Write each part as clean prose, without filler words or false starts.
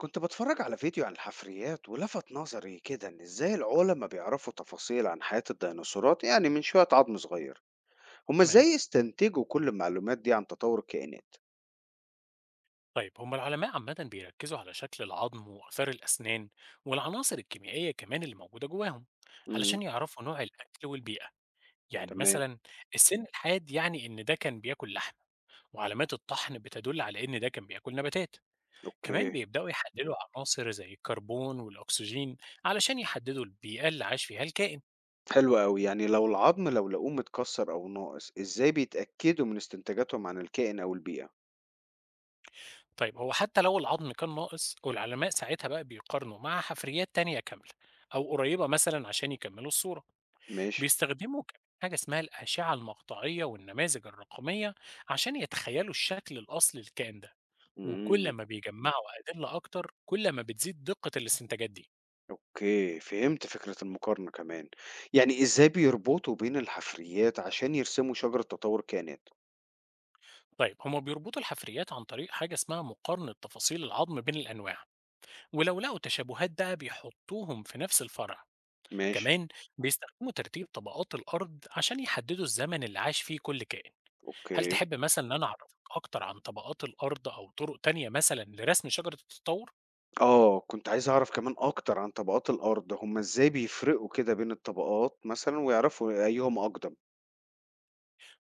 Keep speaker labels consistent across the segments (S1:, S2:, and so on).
S1: كنت بتفرج على فيديو عن الحفريات ولفت نظري كده ان ازاي العلماء بيعرفوا تفاصيل عن حياة الديناصورات يعني من شوية عظم صغير. هما
S2: تمام.
S1: ازاي استنتجوا كل المعلومات دي عن تطور الكائنات.
S2: طيب هم العلماء عامة بيركزوا على شكل العظم وآثار الأسنان والعناصر الكيميائية كمان اللي موجودة جواهم،
S1: امم.
S2: علشان يعرفوا نوع الأكل والبيئة. يعني
S1: تمام.
S2: مثلا السن الحاد يعني إن ده كان بياكل لحم، وعلامات الطحن بتدل على إن ده كان بياكل نباتات. كمان
S1: اوكي.
S2: بيبدأوا يحللوا عناصر زي الكربون والأكسجين، علشان يحددوا البيئة اللي عاش فيها الكائن.
S1: حلو قوي، يعني لو لقوه متكسر او ناقص ازاي بيتأكدوا من استنتاجاتهم عن الكائن او البيئة؟
S2: طيب هو حتى لو العظم كان ناقص، والعلماء ساعتها بقى بيقارنوا مع حفريات تانية كاملة أو قريبة مثلا، عشان يكملوا الصورة.
S1: ماشي.
S2: بيستخدموا كمان حاجة اسمها الأشعة المقطعية والنماذج الرقمية، عشان يتخيلوا الشكل الأصلي للكائن ده. وكل
S1: امم.
S2: ما بيجمعوا أدلة أكتر، كل ما بتزيد دقة الاستنتاجات دي.
S1: اوكي، فهمت فكرة المقارنة كمان، يعني ازاي بيربطوا بين الحفريات عشان يرسموا شجرة تطور كائنات؟
S2: طيب هما بيربطوا الحفريات عن طريق حاجة اسمها مقارنة تفاصيل العظم بين الأنواع، ولو لقوا تشابهات بقى بيحطوهم في نفس الفرع.
S1: ماشي.
S2: كمان بيستخدموا ترتيب طبقات الأرض عشان يحددوا الزمن اللي عاش فيه كل كائن. هل
S1: اوكي.
S2: تحب مثلا إن أنا أعرفك أكتر عن طبقات الأرض أو طرق تانية مثلا لرسم شجرة التطور؟
S1: آه، كنت عايز أعرف كمان أكتر عن طبقات الأرض، هُم إزاي بيفرقوا كده بين الطبقات مثلًا ويعرفوا أيهم أقدم؟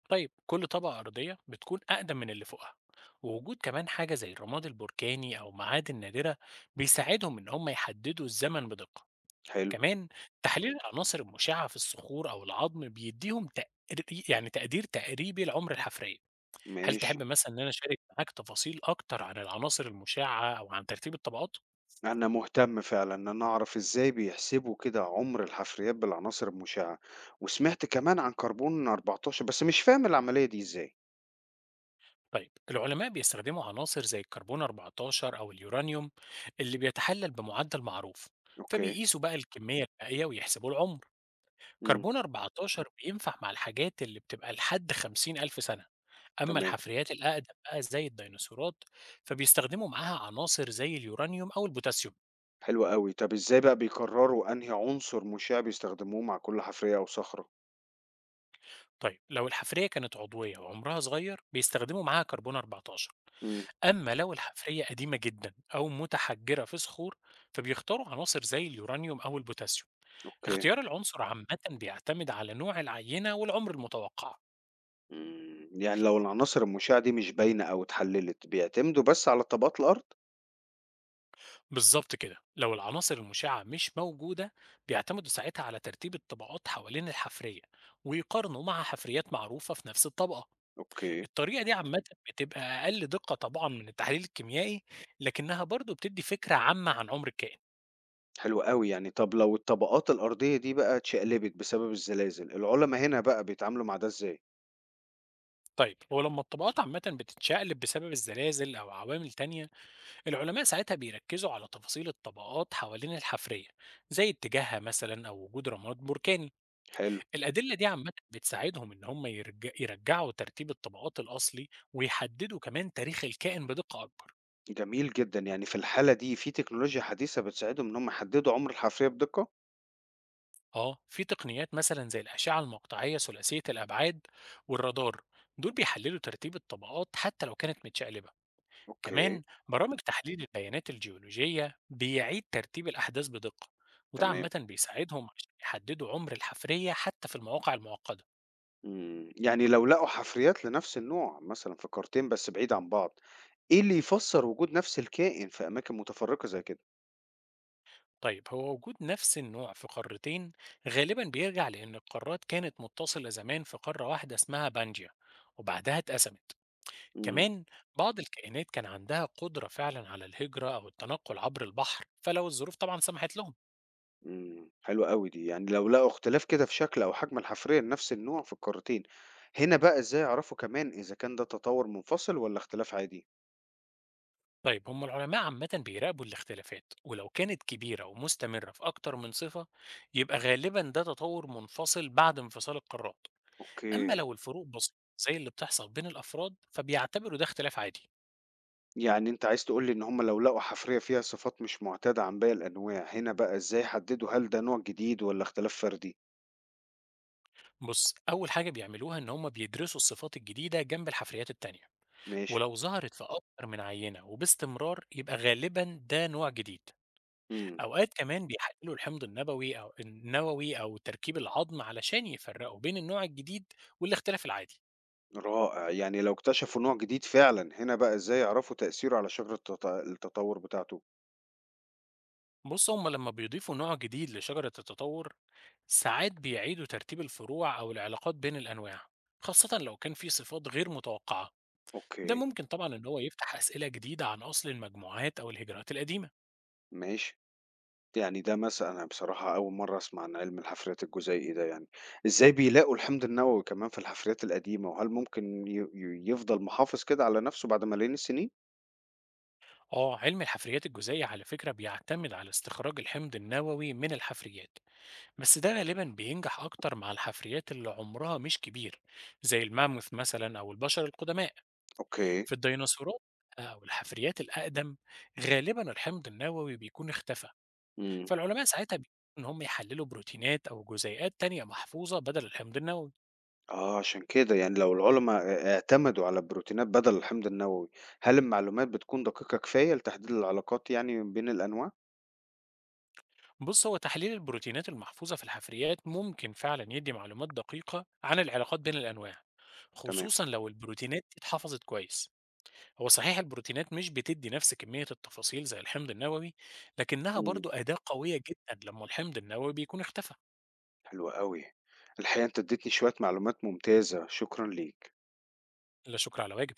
S2: طيب كل طبقة أرضية بتكون أقدم من اللي فوقها، ووجود كمان حاجة زي الرماد البركاني أو معادن نادرة بيساعدهم إن هم يحددوا الزمن بدقة.
S1: حلو.
S2: كمان تحليل العناصر المشعة في الصخور أو العظم بيديهم يعني تقدير تقريبي لعمر الحفرية. هل
S1: ماشي.
S2: تحب مثلا إن أنا أشارك معاك تفاصيل أكتر عن العناصر المشعة أو عن ترتيب الطبقات؟
S1: أنا مهتم فعلًا إن أنا أعرف إزاي بيحسبوا كده عُمر الحفريات بالعناصر المُشعة، وسمعت كمان عن كربون 14 بس مش فاهم العملية دي إزاي.
S2: طيب العلماء بيستخدموا عناصر زي الكربون 14 أو اليورانيوم، اللي بيتحلل بمعدل معروف،
S1: أوكي.
S2: فبيقيسوا بقى الكمية المائية ويحسبوا العمر.
S1: إمم.
S2: كربون 14 بينفع مع الحاجات اللي بتبقى لحد 50,000 سنة، أما
S1: تمام.
S2: الحفريات الأقدم بقى زي الديناصورات فبيستخدموا معاها عناصر زي اليورانيوم أو البوتاسيوم.
S1: حلو أوي، طب إزاي بقى بيقرروا أنهي عنصر مُشع بيستخدموه مع كل حفرية أو صخرة؟
S2: طيب لو الحفرية كانت عضوية وعمرها صغير بيستخدموا معاها كربون 14،
S1: إمم.
S2: أما لو الحفرية قديمة جدا أو متحجرة في صخور فبيختاروا عناصر زي اليورانيوم أو البوتاسيوم.
S1: أوكي.
S2: اختيار العنصر عامة بيعتمد على نوع العينة والعمر المتوقع.
S1: إمم، يعني لو العناصر المشعة دي مش باينة أو اتحلّلت، بيعتمدوا بس على طبقات الأرض؟
S2: بالظبط كده، لو العناصر المشعة مش موجودة بيعتمدوا ساعتها على ترتيب الطبقات حوالين الحفرية، ويقارنوا مع حفريات معروفة في نفس الطبقة.
S1: أوكي.
S2: الطريقة دي عامة بتبقى أقل دقة طبعا من التحليل الكيميائي، لكنها برضو بتدي فكرة عامة عن عمر الكائن.
S1: حلو أوي، يعني طَب لو الطبقات الأرضية دي بقى اتشقلبت بسبب الزلازل، العُلما هنا بقى بيتعاملوا مع ده إزاي؟
S2: طيب هو لما الطبقات عامة بتتشقلب بسبب الزلازل أو عوامل تانية، العلماء ساعتها بيركزوا على تفاصيل الطبقات حوالين الحفرية، زي اتجاهها مثلا أو وجود رماد بركاني.
S1: حلو.
S2: الأدلة دي عامةً بتساعدهم إن هم يرجعوا ترتيب الطبقات الأصلي، ويحددوا كمان تاريخ الكائن بدقة أكبر.
S1: جميل جدًا، يعني في الحالة دي في تكنولوجيا حديثة بتساعدهم إن هم يحدّدوا عُمر الحفرية بدقة؟
S2: آه، في تقنيات مثلًا زي الأشعة المقطعية ثلاثية الأبعاد والرادار، دول بيحللوا ترتيب الطبقات حتى لو كانت متشقلبة.
S1: أوكي.
S2: كمان برامج تحليل البيانات الجيولوجية بيعيد ترتيب الأحداث بدقة، وده
S1: تمام.
S2: عامةً بيساعدهم عشان يحددوا عمر الحفرية حتى في المواقع المعقدة.
S1: إمم، يعني لو لقوا حفريات لنفس النوع مثلًا في قارتين بس بعيد عن بعض، إيه اللي يفسّر وجود نفس الكائن في أماكن متفرّقة زي كده؟
S2: طيب هو وجود نفس النوع في قارتين غالبا بيرجع لأن القارات كانت متصلة زمان في قارة واحدة اسمها بانجيا، وبعدها اتقسمت.
S1: إمم.
S2: كمان بعض الكائنات كان عندها قدرة فعلا على الهجرة أو التنقل عبر البحر، فلو الظروف طبعا سمحت لهم.
S1: إمم، حلوة أوي دي، يعني لو لقوا اختلاف كده في شكل أو حجم الحفرية لنفس النوع في القارتين، هنا بقى إزاي يعرفوا كمان إذا كان ده تطور منفصل والّا اختلاف عادي؟
S2: طيب هم العلماء عامة بيراقبوا الاختلافات، ولو كانت كبيرة ومستمرة في أكتر من صفة يبقى غالبا ده تطور منفصل بعد انفصال القارات. أما
S1: أوكي،
S2: لو الفروق بسيطة زي اللي بتحصل بين الأفراد فبيعتبروا ده اختلاف عادي.
S1: يعني أنت عايز تقول لي إن هم لو لقوا حفرية فيها صفات مش معتادة عن باقي الأنواع، هنا بقى إزاي يحددوا هل ده نوع جديد والّا اختلاف فردي؟
S2: بص، أول حاجة بيعملوها إن هم بيدرسوا الصفات الجديدة جنب الحفريات التانية،
S1: ماشي.
S2: ولو ظهرت في أكتر من عينة وباستمرار يبقى غالبا ده نوع جديد.
S1: إمم.
S2: أوقات كمان بيحللوا الحمض النووي أو تركيب العظم علشان يفرقوا بين النوع الجديد والاختلاف العادي.
S1: رائع، يعني لو اكتشفوا نوع جديد فعلًا، هنا بقى إزاي يعرفوا تأثيره على شجرة التطور بتاعته؟
S2: بص هم لما بيضيفوا نوع جديد لشجرة التطور، ساعات بيعيدوا ترتيب الفروع أو العلاقات بين الأنواع، خاصة لو كان في صفات غير متوقعة. ده
S1: أوكي.
S2: ممكن طبعا إن هو يفتح أسئلة جديدة عن أصل المجموعات أو الهجرات القديمة.
S1: ماشي. يعني ده مثلًا أنا بصراحة أول مرّة أسمع عن علم الحفريات الجزيئي ده، يعني إزاي بيلاقوا الحمض النووي كمان في الحفريات القديمة، وهل ممكن ي ي يفضل محافظ كده على نَفْسه بعد ملايين السنين؟
S2: آه، علم الحفريات الجزيئة على فكرة بيعتمد على استخراج الحمض النووي من الحفريات، بس ده غالبا بينجح أكتر مع الحفريات اللي عمرها مش كبير، زي الماموث مثلا أو البشر القدماء.
S1: أوكي.
S2: في الديناصورات أو الحفريات الأقدم غالبا الحمض النووي بيكون اختفى،
S1: إمم.
S2: فالعلماء ساعتها بيقولوا إن هم يحللوا بروتينات أو جزيئات تانية محفوظة بدل الحمض النووي.
S1: آه عشان كده، يعني لو العُلما اعتمدوا على البروتينات بدل الحمض النووي، هل المعلومات بتكون دقيقة كفاية لتحديد العلاقات يعني بين الأنواع؟
S2: بص، هو تحليل البروتينات المحفوظة في الحفريات ممكن فعلا يدي معلومات دقيقة عن العلاقات بين الأنواع،
S1: تمام.
S2: خصوصا لو البروتينات دي اتحفظت كويس. هو صحيح البروتينات مش بتدي نفس كمية التفاصيل زي الحمض النووي، لكنها
S1: إمم.
S2: برضو أداة قوية جدا لما الحمض النووي بيكون اختفى.
S1: حلو أوي. الحقيقة أنت ادّيتني شوية معلومات ممتازة، شكرًا ليك.
S2: لا شكر على واجب.